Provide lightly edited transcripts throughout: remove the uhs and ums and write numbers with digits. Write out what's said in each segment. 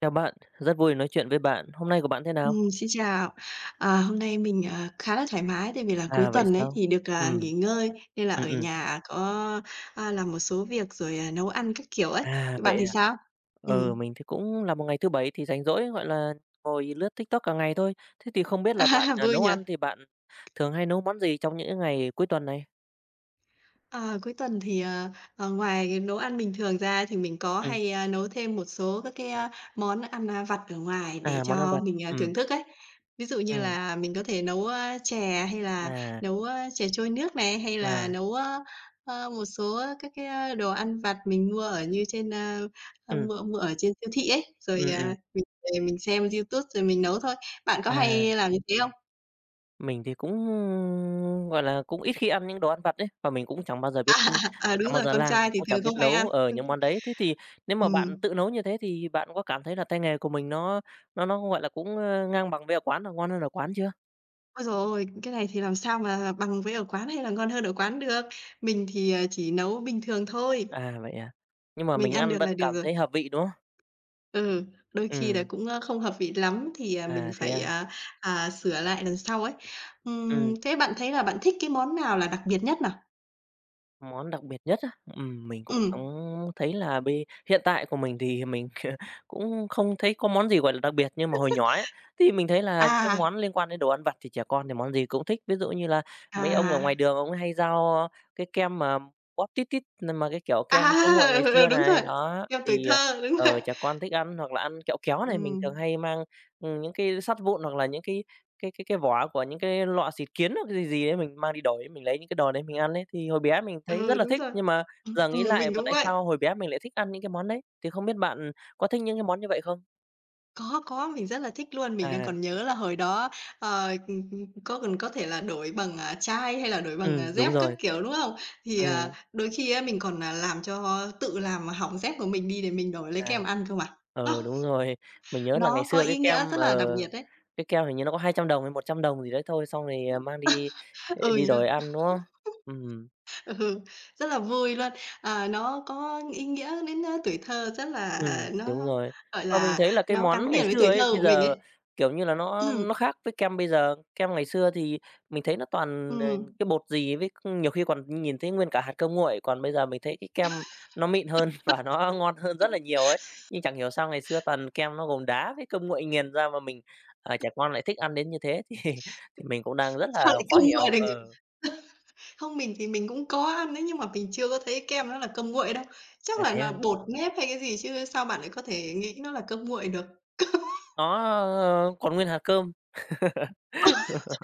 Chào bạn, rất vui nói chuyện với bạn. Hôm nay của bạn thế nào? Xin chào. À, hôm nay mình, khá là thoải mái tại vì là cuối À, vậy tuần ấy sao? thì được, Ừm, nghỉ ngơi nên là ừm, ở ừm. nhà có, làm một số việc rồi, nấu ăn các kiểu ấy. À, Các bạn vậy thì à? sao? Ừ, Ừm, mình thì cũng là một ngày thứ Bảy thì rảnh rỗi, gọi là, ngồi lướt TikTok cả ngày thôi. Thế thì không biết là bạn, vui nấu nhỉ? ăn thì bạn thường hay nấu món gì trong những ngày cuối tuần này? À, cuối tuần thì, ngoài cái nấu ăn bình thường ra thì mình có Ừm, hay, nấu thêm một số các cái, món ăn, vặt ở ngoài để à, món ăn cho vặt. mình, thưởng thức ấy. Ví dụ như ừm, là mình có thể nấu, chè hay là à, nấu, chè trôi nước này, hay là à, nấu, một số các cái, đồ ăn vặt mình mua ở như trên, ừm, mua mua ở trên siêu thị ấy, ừm, rồi, ừm, mình về mình xem YouTube rồi mình nấu thôi. Bạn có à. hay làm như thế không? Mình thì cũng, gọi là, cũng ít khi ăn những đồ ăn vặt đấy và mình cũng chẳng bao giờ biết À, à, đúng chẳng bao rồi, giờ con làm, trai thì cũng thường chẳng biết không hay ăn. nấu, ở Đúng những rồi. món đấy. Thế thì nếu mà bạn Ừm. tự nấu như thế thì bạn có cảm thấy là tay nghề của mình nó, gọi là, cũng, ngang bằng với ở quán, là ngon hơn ở quán chưa? Ôi giời ôi! Cái này thì làm sao mà bằng với ở quán hay là ngon hơn ở quán được. Mình thì, chỉ nấu bình thường thôi, À, vậy à? Nhưng mà mình mình ăn ăn được vẫn là được cảm rồi. thấy hợp vị, đúng không? Ừ, đôi khi là Ừm, cũng, không hợp vị lắm thì, mình à, thế phải, à? Sửa lại lần sau ấy. Ừm. Thế bạn thấy là bạn thích cái món nào là đặc biệt nhất nào? Món đặc biệt nhất á? Mình cũng chẳng Ừm, thấy là bây hiện tại của mình thì mình cũng không thấy có món gì, gọi là, đặc biệt, nhưng mà hồi nhỏ ấy, thì mình thấy là các à, món liên quan đến đồ ăn vặt thì trẻ con thì món gì cũng thích. Ví dụ như là mấy ông ở à, ngoài đường ông ấy hay giao cái kem mà bóp tít tít, mà cái kiểu à, kem cơm nguội ngày ừ, ừ, xưa đúng rồi, này, đó, theo tuổi thì, thơ, đúng rồi. Trẻ con thích ăn, hoặc là ăn kẹo kéo này, mình Ừm, thường hay mang, những cái sắt vụn hoặc là những cái vỏ của những cái lọ xịt kiến hoặc cái gì gì đấy mình mang đi đổi, mình lấy những cái đồ đấy mình ăn ấy, thì hồi bé mình thấy rất ừ, là đúng thích. rồi. Nhưng mà giờ nghĩ lại Mình và cũng tại vậy. sao hồi bé mình lại thích ăn những cái món đấy? Thì không biết bạn có thích những cái món như vậy không? Có, mình rất là thích luôn. Mình đang À, còn nhớ là hồi đó, ờ, có còn có thể là đổi bằng, chai hay là đổi bằng, dép đúng các rồi. kiểu, đúng không? Thì, Ừm, đôi khi á mình còn, làm cho tự làm hỏng dép của mình đi để mình đổi lấy à, kem ăn cơ mà. Ơ, ừ, đúng rồi. Mình nhớ là ngày nó có xưa ý nghĩa rất là đặc biệt đấy. cái kem hình như nó có 200 đồng hay 100 đồng gì đấy thôi, xong rồi, mang đi, Ừ đi nhá đổi ăn, đúng không? Ừm. ừ, rất là vui luôn. À, nó có ý nghĩa đến, tuổi thơ rất là Đúng nó, rồi. gọi Và mình là, thấy là cái nó gắn món ngày liền với xưa tuổi ấy, thơ bây của mình giờ, ấy. kiểu như là, nó Ừm, khác với kem bây giờ. Kem ngày xưa thì mình thấy nó toàn, ừm, cái bột gì với nhiều khi còn nhìn thấy nguyên cả hạt cơm nguội, còn bây giờ mình thấy cái kem nó mịn hơn và nó ngon hơn rất là nhiều ấy. Nhưng chẳng hiểu sao ngày xưa toàn kem nó gồm đá với cơm nguội nghiền ra mà mình, trẻ con lại thích ăn đến như thế thì mình cũng đang rất là sao lại khó không gọi hiểu. được nhỉ? Ờ, Không, mình thì mình cũng có ăn đấy, nhưng mà mình chưa có thấy kem nó là cơm nguội đâu. Chắc là là thế. là À? bột nếp hay cái gì chứ sao bạn lại có thể nghĩ nó là cơm nguội được? Nó, còn nguyên hạt cơm.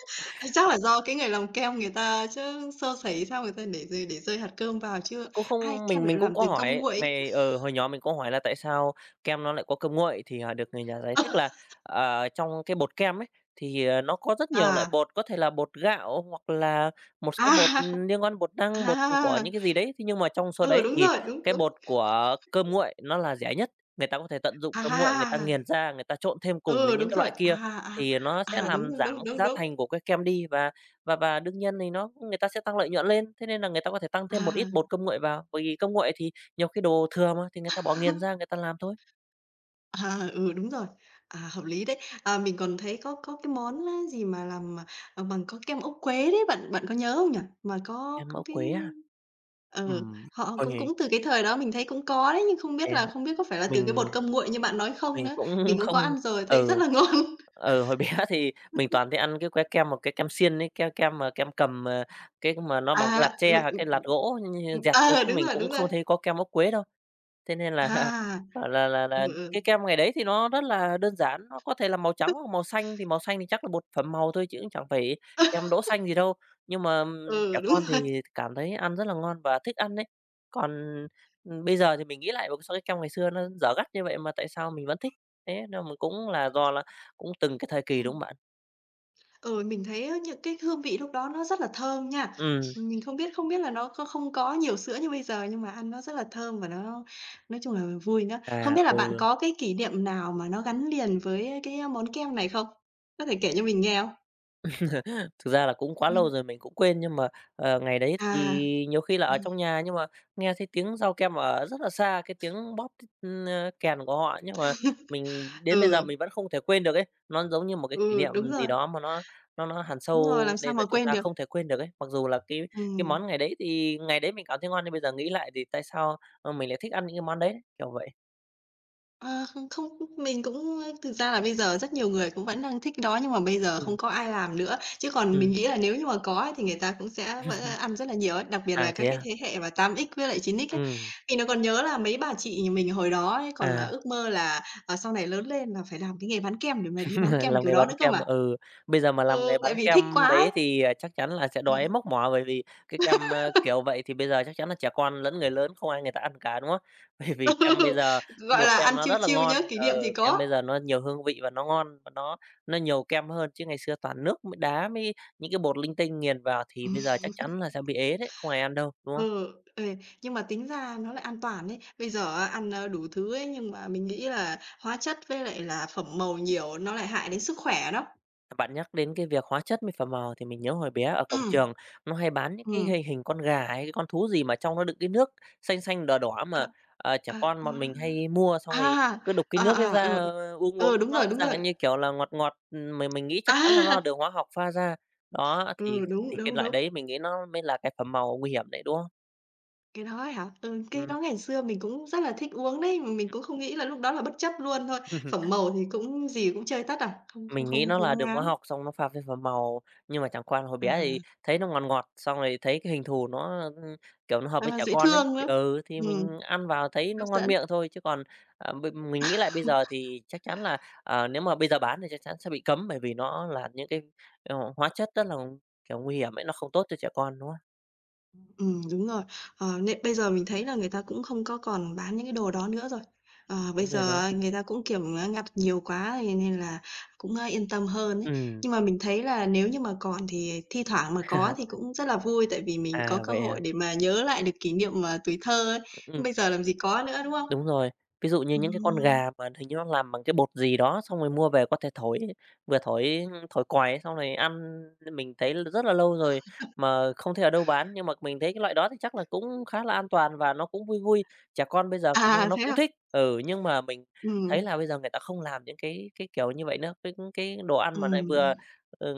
Chắc là do cái người làm kem người ta chứ sơ sẩy sao người ta để rơi hạt cơm vào chứ Cũng ai không kem mình lại mình cũng làm có từ cơm hỏi nguội ấy. Hồi nhỏ mình có hỏi là tại sao kem nó lại có cơm nguội, thì, được người nhà giải thích là, trong cái bột kem ấy, thì, nó có rất nhiều loại À, bột, có thể là bột gạo hoặc là một số bột, à, liên quan bột năng, bột của à, những cái gì đấy. Thế nhưng mà trong số ừ, đấy đúng thì rồi, đúng, cái đúng. bột của cơm nguội nó là rẻ nhất, người ta có thể tận dụng À, cơm nguội, người ta à, à, nghiền ra, người ta trộn thêm cùng với ừ, những đúng cái rồi, loại kia, à, à, thì nó sẽ à, đúng, làm đúng, giảm đúng, cái đúng, giá đúng. thành của cái kem đi và đương nhiên thì nó người ta sẽ tăng lợi nhuận lên, thế nên là người ta có thể tăng thêm một À. ít bột công nguội vào, bởi vì công nguội thì nhiều khi đồ thừa mà, thì người ta bỏ nghiền ra người ta làm thôi. À, ừ, đúng rồi. À, hợp lý đấy. À, mình còn thấy có cái món á gì mà làm, bằng có kem ốc quế đấy, bạn bạn có nhớ không nhỉ? Mà có Em có mẫu cái quế à? ừ, Ừm, họ hồi cũng ngày cũng từ cái thời đó mình thấy cũng có đấy, nhưng không thì biết là không biết có phải là từ cái bột mình cơm nguội như bạn nói không mình nữa. cũng Mình cũng có không ăn rồi, thấy rất ừ, là ngon. ừ, hồi bé thì mình toàn thấy ăn cái que kem một cái kem xiên ấy, kem kem mà kem cầm, cái mà nó À, bằng cái lạt tre ừ, hoặc ừ, cái lạt gỗ, ừ, dẹt thôi ờ, chứ đúng mình rồi, cũng đúng rồi. không thấy có kem ốc quế đâu. Thế nên là À, là là là ừ, là ừ. cái kem ngày đấy thì nó rất là đơn giản, nó có thể là màu trắng hoặc màu xanh thì chắc là bột phẩm màu thôi chứ cũng chẳng phải kem đỗ xanh gì đâu. Nhưng mà, trẻ Ừ, đúng con rồi. thì cảm thấy ăn rất là ngon và thích ăn đấy. Còn, bây giờ thì mình nghĩ lại, sao cái kem ngày xưa nó dở gắt như vậy mà tại sao mình vẫn thích? Thế nên mình cũng là do là cũng từng cái thời Ừ. kỳ, đúng không bạn? Ừ, mình thấy á những cái hương vị lúc đó nó rất là thơm nha. Ừm, Mình không biết là nó có không có nhiều sữa như bây giờ nhưng mà ăn nó rất là thơm và nó nói chung là vui nữa. Không à, biết là bạn ừ. có cái kỷ niệm nào mà nó gắn liền với cái món kem này không? Có thể kể cho mình nghe không? Thực ra là cũng quá Ừm. lâu rồi mình cũng quên, nhưng mà, ngày đấy thì À, nhiều khi là ở trong nhà, nhưng mà nghe thấy tiếng dao kem ở rất là xa, cái tiếng bóp, ưm, kèn của họ, nhưng mà mình đến bây giờ ừ, mình vẫn không thể quên được ấy. Nó giống như một cái kỷ ừ, niệm gì đó mà nó hằn đúng rồi, sâu làm sao nên là mà chúng quên ta được. không thể quên được ấy. Mặc dù là cái Ừm. món ngày đấy thì ngày đấy mình cảm thấy ngon, nhưng bây giờ nghĩ lại thì tại sao, mình lại thích ăn những cái món đấy, kiểu vậy. Ờ, không không, mình cũng thực ra là bây giờ rất nhiều người cũng vẫn đang thích đó, nhưng mà bây giờ không Ừm, có ai làm nữa. Chứ còn mình ừm. nghĩ là nếu như mà có ấy, thì người ta cũng sẽ vẫn ăn rất là nhiều ấy, đặc biệt À, là thế các cái à? thế hệ mà 8x với lại 9x ấy. Ừm, Mình nó còn nhớ là mấy bà chị nhà mình hồi đó ấy, còn, à. ước mơ là, sau này lớn lên là phải làm cái nghề bán kem để mà đi bán kem Làm kiểu nghề đó bán nữa cơ kem, mà. ừ, bây giờ mà làm Ừ, nghề bán tại vì kem thích quá ấy. đấy thì, chắc chắn là sẽ đói móc mỏ, bởi vì cái kem, kiểu vậy thì bây giờ chắc chắn là trẻ con lẫn người lớn không ai người ta ăn cả, đúng không? Bởi vì Ừ, kem bây giờ cái gọi bột là, kem ăn nó chiêu rất là chiêu ngon, nhớ kỷ niệm thì kem có. bây giờ nó nhiều hương vị và nó ngon và nó nhiều kem hơn, chứ ngày xưa toàn nước mới đá mới những cái bột linh tinh nghiền vào thì bây giờ chắc chắn là sẽ bị ế đấy, không ai ăn đâu, đúng không? Ừ, ê, nhưng mà tính ra nó lại an toàn ấy. Bây giờ á, ăn, đủ thứ ấy, nhưng mà mình nghĩ là hóa chất với lại là phẩm màu nhiều nó lại hại đến sức khỏe đó. Bạn nhắc đến cái việc hóa chất, mỹ phẩm màu thì mình nhớ hồi bé ở cổng Ừm, trường nó hay bán những cái hình ừm, hình con gà hay cái con thú gì mà trong nó đựng cái nước xanh xanh, đỏ đỏ à, mà, trẻ à, con bọn à, mình hay mua xong à, rồi cứ đục cái à, nước ấy à, ừ, ra, uống ừ, uống, đúng nó rồi, đúng rồi. dạng như kiểu là ngọt ngọt, mình nghĩ chắc chắn là nó À, là đường hóa học pha ra. Đó, ừ, thì đúng, thì cái đúng, loại đúng. đấy mình nghĩ nó mới là cái phẩm màu nguy hiểm đấy, đúng không? Cái đó ấy hả? Ừ, cái Ừm. đó ngày xưa mình cũng rất là thích uống đấy, mà mình cũng không nghĩ là lúc đó là bất chấp luôn thôi. Phẩm màu thì cũng gì cũng chơi tất à, không không Mình nghĩ không nó không có là đường hóa ngán. học xong nó pha thêm vào màu, nhưng mà chẳng qua là hồi bé thì À, thấy nó ngọt ngọt, xong rồi thấy cái hình thù nó, kiểu, nó hợp với à, trẻ dễ con ấy, thương thì nữa. Thì Ừm, mình ăn vào thấy nó hấp ngon dẫn. miệng thôi, chứ còn, à, b mình nghĩ lại bây giờ thì chắc chắn là, nếu mà bây giờ bán thì chắc chắn sẽ bị cấm, bởi vì nó là những cái, hóa chất rất là, kiểu, nguy hiểm ấy, nó không tốt cho trẻ con, đúng không? Đúng rồi. Ờ, nên bây giờ mình thấy là người ta cũng không có còn bán những cái đồ đó nữa rồi. Ờ, bây Đúng rồi giờ đó. á, người ta cũng, kiểu, á, ngặt nhiều quá thì nên là cũng, yên tâm hơn ấy. Ừm, Nhưng mà mình thấy là nếu như mà còn thì thi thoảng mà có thì cũng rất là vui, tại vì mình à, có cơ vậy hội à? để mà nhớ lại được kỷ niệm, tuổi thơ ấy. Ừm. Bây giờ làm gì có nữa, đúng không? Đúng rồi, ví dụ như những cái con Ừm. gà mà hình như nó làm bằng cái bột gì đó, xong rồi mua về có thể thổi, vừa thổi thổi còi ấy, xong rồi ăn, mình thấy rất là lâu rồi mà không thấy ở đâu bán. Nhưng mà mình thấy cái loại đó thì chắc là cũng khá là an toàn và nó cũng vui vui, trẻ con bây giờ khả năng À, nó thế cũng à? thích. Ừ, nhưng mà mình thấy Ừm, là bây giờ người ta không làm những cái kiểu như vậy nữa, cái đồ ăn mà lại ừm. vừa, ừ,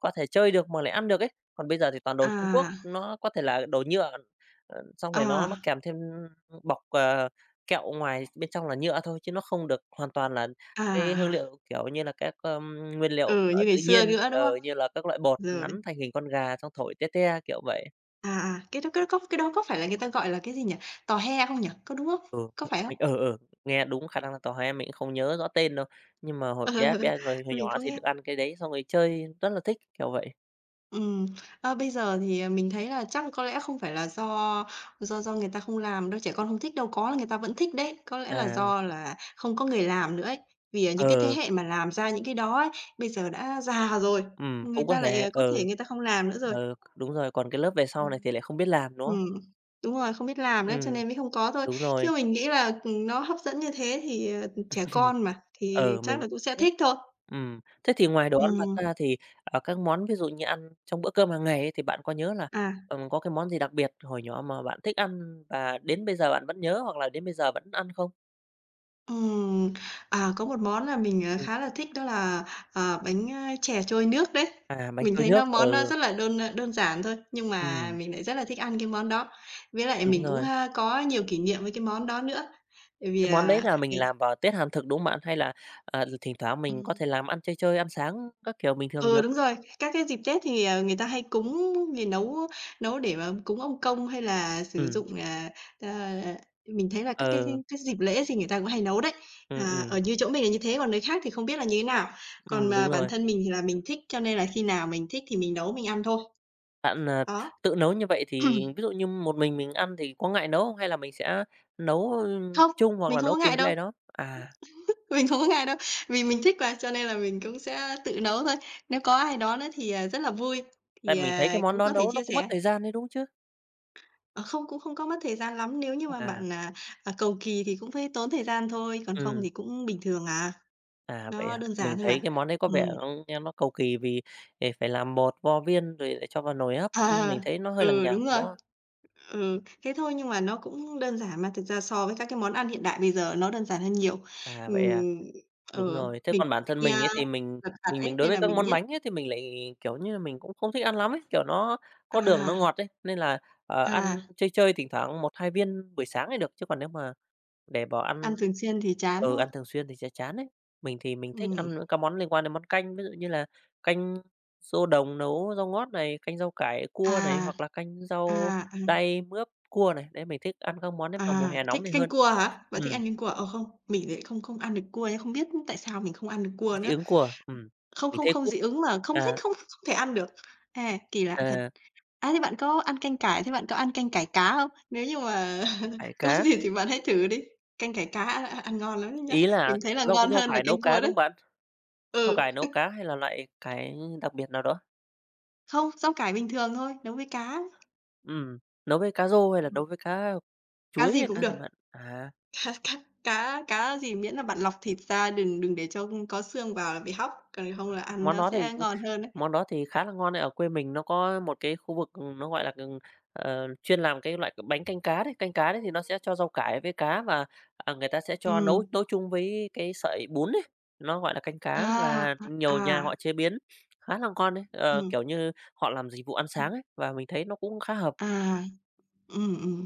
có thể chơi được mà lại ăn được ấy. Còn bây giờ thì toàn đồ Trung Quốc, À, nó có thể là đồ nhựa, xong rồi nó à, kèm thêm bọc, kẹo ngoài bên trong là nhựa thôi, chứ nó không được hoàn toàn là à, cái hương à. liệu, kiểu như là, các, nguyên liệu, Ừ, như ngày tự xưa nhiên, nữa, đúng không? Như là các loại bột Rồi. nắn thành hình con gà xong thổi te te, kiểu vậy. À, à, cái đó có phải là người ta gọi là cái gì nhỉ? Tò he không nhỉ? Có đúng không? Ừ, Có phải không? mình nghe đúng khả năng là tò he, mình cũng không nhớ rõ tên đâu, nhưng mà hồi Ừ, bé bé rồi hồi mình nhỏ có thì nghe. được ăn cái đấy xong rồi chơi rất là thích, kiểu vậy. Ừm, bây giờ thì, mình thấy là chắc có lẽ không phải là do người ta không làm đâu, trẻ con không thích đâu, có là người ta vẫn thích đấy, có lẽ là À, do là không có người làm nữa ấy. Vì, những cái thế ừ, hệ mà làm ra những cái đó ấy, bây giờ đã già rồi, người cũng có ta lại, thể, có thể ừ, người ta không làm nữa rồi. ừ, đúng rồi, còn cái lớp về sau này Ừm. thì lại không biết làm nữa. Ừm, đúng rồi, không biết làm nữa cho Ừm, nên mới không có thôi. đúng rồi. Chứ mình nghĩ là, nó hấp dẫn như thế thì, trẻ con mà, thì Ừ, chắc mình là cũng sẽ biết. thích thôi. Thế thì ngoài đồ ăn vặt Ừm, ra thì, các món ví dụ như ăn trong bữa cơm hàng ngày ấy, thì bạn có nhớ là, à, có cái món gì đặc biệt hồi nhỏ mà bạn thích ăn và đến bây giờ bạn vẫn nhớ hoặc là đến bây giờ vẫn ăn không? ừm, à, có một món là mình, Ừm, khá là thích đó là, bánh, chè trôi nước đấy. à, bánh Mình trôi thấy nó nước, món nó ừ, rất là đơn giản thôi, nhưng mà ừm, mình lại rất là thích ăn cái món đó. Với lại đúng mình cũng, rồi. Có nhiều kỷ niệm với cái món đó nữa, tại vì, Cái món đấy là mình ngày làm vào Tết Hàm Thực, đúng không bạn? Hay là, thỉnh thoảng mình có ừm. thể làm ăn chơi chơi, ăn sáng các kiểu bình thường Ừ, được? đúng rồi. Các cái dịp Tết thì, người ta hay cúng thì nấu nấu để mà cúng ông công hay là sử Ừm, dụng, ờ, mình thấy là các cái ừ, cái dịp lễ thì người ta cũng hay nấu đấy. ừm, À, ở ừm, như chỗ mình là như thế, còn nơi khác thì không biết là như thế nào. Còn mà đúng bản rồi. thân mình thì là mình thích, cho nên là khi nào mình thích thì mình nấu mình ăn thôi. Bạn, à, Đó. tự nấu như vậy thì ví dụ như một mình ăn thì có ngại nấu không? Hay là mình sẽ nấu, Không, chung hoặc mình là không có nấu ngại cùng với đâu, ai đó? À, mình không có ngại đâu. Vì mình thích mà, cho nên là mình cũng sẽ tự nấu thôi. Nếu có ai đó nữa thì, rất là vui, tại thì, mình thấy cái món cũng đó có thể nấu nó chia cũng mất sẻ. thời gian đấy, đúng chứ? Ờ, không, cũng không có mất thời gian lắm nếu như mà À, bạn, cầu kỳ thì cũng phải tốn thời gian thôi, còn không ừm, thì cũng bình thường à, vậy nó à? đơn giản Mình thôi thấy mà. cái món đấy có vẻ Ừm, nó nghe nó cầu kỳ vì, phải làm bột vo viên rồi lại cho vào nồi hấp, à, mình thấy nó hơi lằng ừ, nhằng, đúng rồi. đúng không? Ừ, thế thôi nhưng mà nó cũng đơn giản mà, thực ra so với các cái món ăn hiện đại bây giờ nó đơn giản hơn nhiều. À, vậy à? Ừm, Đúng ờ, rồi. Thế mình còn bản thân hay, mình ấy thì mình lặt vặt mình mình ấy, đối nên với là các mình món biết. bánh ấy thì mình lại, kiểu như là, mình cũng không thích ăn lắm ấy, kiểu, nó có đường nó À, ngọt ấy, nên là, ăn à, chơi chơi thỉnh thoảng một 2 viên buổi sáng thì được, chứ còn nếu mà để bỏ ăn ăn thường xuyên thì chán, ừ, đúng ăn không? thường xuyên thì sẽ chán ấy. Mình thì mình thích ăn Ừm, những các món liên quan đến món canh, ví dụ như là canh rô đồng nấu rau ngót này, canh rau cải cua này, à, hoặc là canh rau à, à. đay mướp cua này. Đấy, mình thích ăn các món đấy vào mùa À, hè thích nóng này canh hơn. cua hả? Bạn thích Ừm, ăn canh cua? Ờ, không, mình lại không không ăn được cua nhá, không biết tại sao mình không ăn được cua dị nữa. ứng cua, Không mình không thấy không cua. dị ứng mà không thích, À. không không thể ăn được. À, kỳ lạ thật. À, À, thế bạn có ăn canh cải, thế bạn có ăn canh cải cá không? Nếu như mà cải có cá, gì thì bạn hãy thử đi. Canh cải cá ăn ăn ngon lắm đấy nhá. ý là Mình thấy là rau ngon rau hơn là cải nấu canh cua cá, đúng đấy. không bạn? Rau Ừ, cải nấu cá hay là loại cải đặc biệt nào đó? không, rau cải bình thường thôi, nấu với cá. Ừm, nấu với cá rô hay là Ừm, nấu với cá cá chuối gì hay cũng cá được. gì bạn? À. Cá cá cá cá gì miễn là bạn lọc thịt ra, đừng đừng để cho có xương vào là bị hóc, còn không là ăn Món nó đó thì sẽ ngon hơn đấy. món đó thì khá là ngon đấy, ở quê mình nó có một cái khu vực, ừ, nó, gọi là, chuyên làm cái loại bánh canh cá đấy thì nó sẽ cho rau cải với cá và, người ta sẽ cho nấu Ừm. nấu chung với cái sợi bún ấy, nó gọi là canh cá À, và à, nhiều nhà à, họ chế biến khá là ngon đấy. Ờ, ừm, kiểu như, họ làm dịch vụ ăn ừm, sáng ấy, và mình thấy nó cũng khá hợp. à, ừm.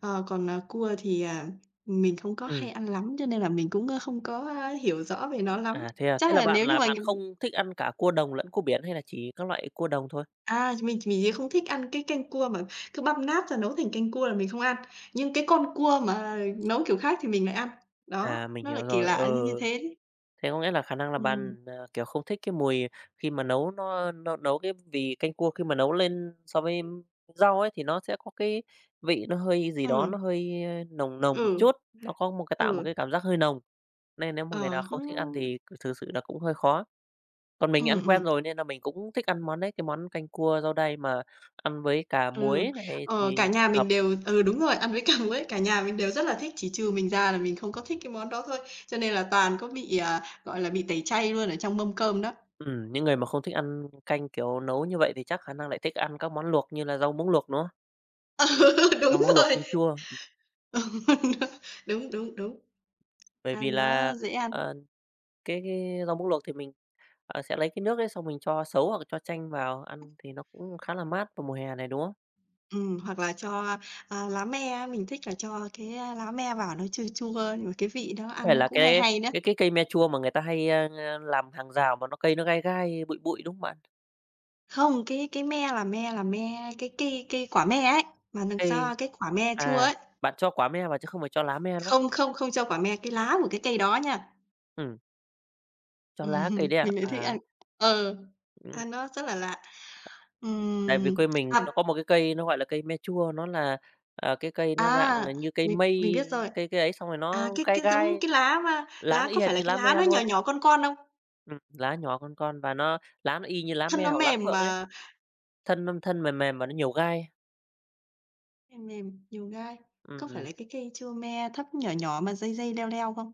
Ờ, còn, cua thì, mình không có Ừm, hay ăn lắm, cho nên là mình cũng, không có, hiểu rõ về nó lắm. À? Thế Chắc là là bạn nếu như là mà bạn không thích ăn cả cua đồng lẫn cua biển hay là chỉ các loại cua đồng thôi? Mình thì không thích ăn cái canh cua mà cứ băm nát ra nấu thành canh cua là mình không ăn, nhưng cái con cua mà nấu kiểu khác thì mình lại ăn. Đó, À, mình nó hiểu lại kỳ rồi. Ờ lạ như như thế đấy. Thế có nghĩa là khả năng là Ừm. bạn, à, kiểu, không thích cái mùi khi mà nấu nó nấu cái vì canh cua khi mà nấu lên so với rau ấy, thì nó sẽ có cái vị nó hơi gì đó, ừ nó hơi, nồng nồng một ừ, chút, nó có một cái tạo một ừ, cái cảm giác hơi nồng, nên nếu mà người ờ, nào không thích ăn cũng thì c thực sự là cũng hơi khó. Còn mình ừm, ăn quen ừm, rồi nên là mình cũng thích ăn món đấy, cái món canh cua rau đay mà ăn với cà ừ, muối này ờ, thì cả nhà hợp. mình đều ừ, đúng rồi, ăn với cằm ấy, cả nhà mình đều rất là thích, chỉ trừ mình ra là mình không có thích cái món đó thôi, cho nên là toàn có bị, gọi là, bị tẩy chay luôn ở trong mâm cơm đó. Những người mà không thích ăn canh, kiểu, nấu như vậy thì chắc khả năng lại thích ăn các món luộc như là rau muống luộc, nữa. Ừ, đúng Rau muống luộc rồi. canh chua. Ừ, đúng, đúng, đúng, Bởi vì ăn nó là, dễ ăn. ờ, cái rau muống luộc thì mình, sẽ lấy cái nước ấy xong mình cho sấu hoặc cho chanh vào ăn thì nó cũng khá là mát vào mùa hè này, đúng không? Hoặc là cho, lá me á, mình thích là cho cái, lá me vào nó chua chua, nhưng mà cái vị đó Có ăn phải nó là cũng hay cái hay nữa. cái cái cây me chua mà người ta hay, làm hàng rào mà nó cây nó gai gai, bụi bụi, đúng không bạn? Không, cái me là me là me cái cây cây quả me ấy, mà đằng Cây sau cái quả me chua à, ấy, bạn cho quả me vào chứ không phải cho lá me, đúng không? không, không, không cho quả me, cái lá của cái cây đó nha. Ừm, cho lá cây đấy à? mình lại thích À, ờ, ừm, ăn nó rất là lạ. tại vì quê mình À, nó có một cái cây nó gọi là cây me chua, nó là, cái cây nó dạng, à, như cây mình mây, biết rồi. cây cây ấy xong rồi À, nó cái gai cái giống gai, cái lá mà lá lá nó y có phải hệt là như cái lá lá me nó nhỏ luôn. nhỏ con không? Lá nhỏ con và nó lá nó y như lá Thân me nó hoặc lá mềm phượng ấy, mà thân nó thân mềm mềm và nó nhiều gai. mềm mềm, nhiều gai. Có phải Ừm, là cái cây chua me thấp nhỏ nhỏ mà dây dây leo leo không?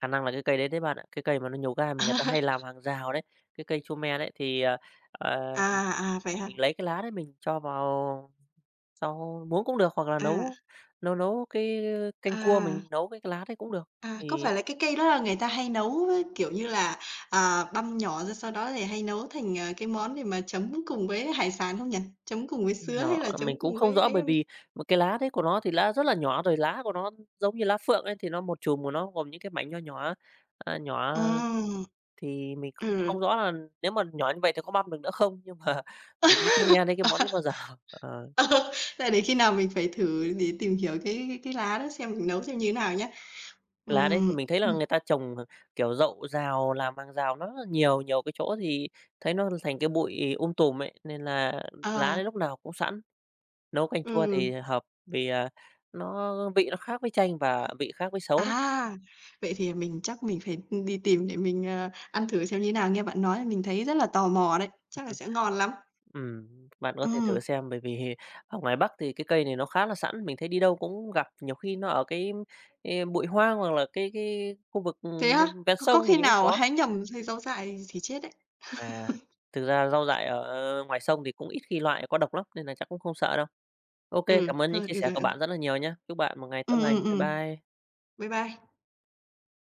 khả năng là cái cây đấy đấy bạn ạ, cái cây mà nó nhiều gai mà người ta hay làm hàng rào đấy, cái cây chu me đấy thì, ờ, À, à, vậy hả? mình lấy cái lá đấy mình cho vào sau muối cũng được hoặc là À, nấu nấu nấu cái canh cua à. mình nấu cái lá đấy cũng được. À, có Thì phải là cái cây đó là người ta hay nấu với, kiểu như là, băm nhỏ ra sau đó thì hay nấu thành, cái món để mà chấm cùng với hải sản không nhỉ? Chấm cùng với sứa hay nhỏ là mình chấm cũng cùng không với rõ ấy bởi không nhỉ? vì một cái lá đấy của nó thì lá rất là nhỏ rồi lá của nó giống như lá phượng ấy thì nó một chùm của nó gồm những cái mảnh nho nhỏ, à, nhỏ. Ừm, Thì mình cũng ừm. không rõ là nếu mà nhỏ như vậy thì có băm được nữa không? Nhưng mà mình cũng chưa nghe đến cái món đấy bao giờ. Ờ, Ờ, là để khi nào mình phải thử để tìm hiểu cái lá đó xem mình nấu xem như thế nào nhé. lá đấy thì Ừm, mình thấy là ừm, người ta trồng, kiểu, dậu rào, làm hàng rào nó rất là nhiều, nhiều cái chỗ thì thấy nó thành cái bụi tùm ấy, nên là lá ờ, đấy lúc nào cũng sẵn. Nấu canh chua ừm. thì hợp vì, nó vị nó khác với chanh và vị khác với sấu đó. À, vậy thì mình chắc mình phải, đi tìm để mình, ăn thử xem như thế nào. Nghe bạn nói là mình thấy rất là tò mò đấy, chắc là sẽ ngon lắm. Ừm, bạn có thể Ừm. thử xem bởi vì ở ngoài Bắc thì cái cây này nó khá là sẵn, mình thấy đi đâu cũng gặp, nhiều khi nó ở cái, bụi hoang hoặc là cái khu vực, Thế á? Ven Có sông khi thì cũng nào có. hái nhầm thấy rau dại thì chết đấy. À, thực ra rau dại ở ngoài sông thì cũng ít khi loại có độc lắm nên là chắc cũng không sợ đâu. OK, Ừ, cảm ơn những thôi chia được sẻ rồi, của ừ. bạn rất là nhiều nhá. Chúc bạn một ngày tốt ừ lành. Bye ừm. bye. Bye bye.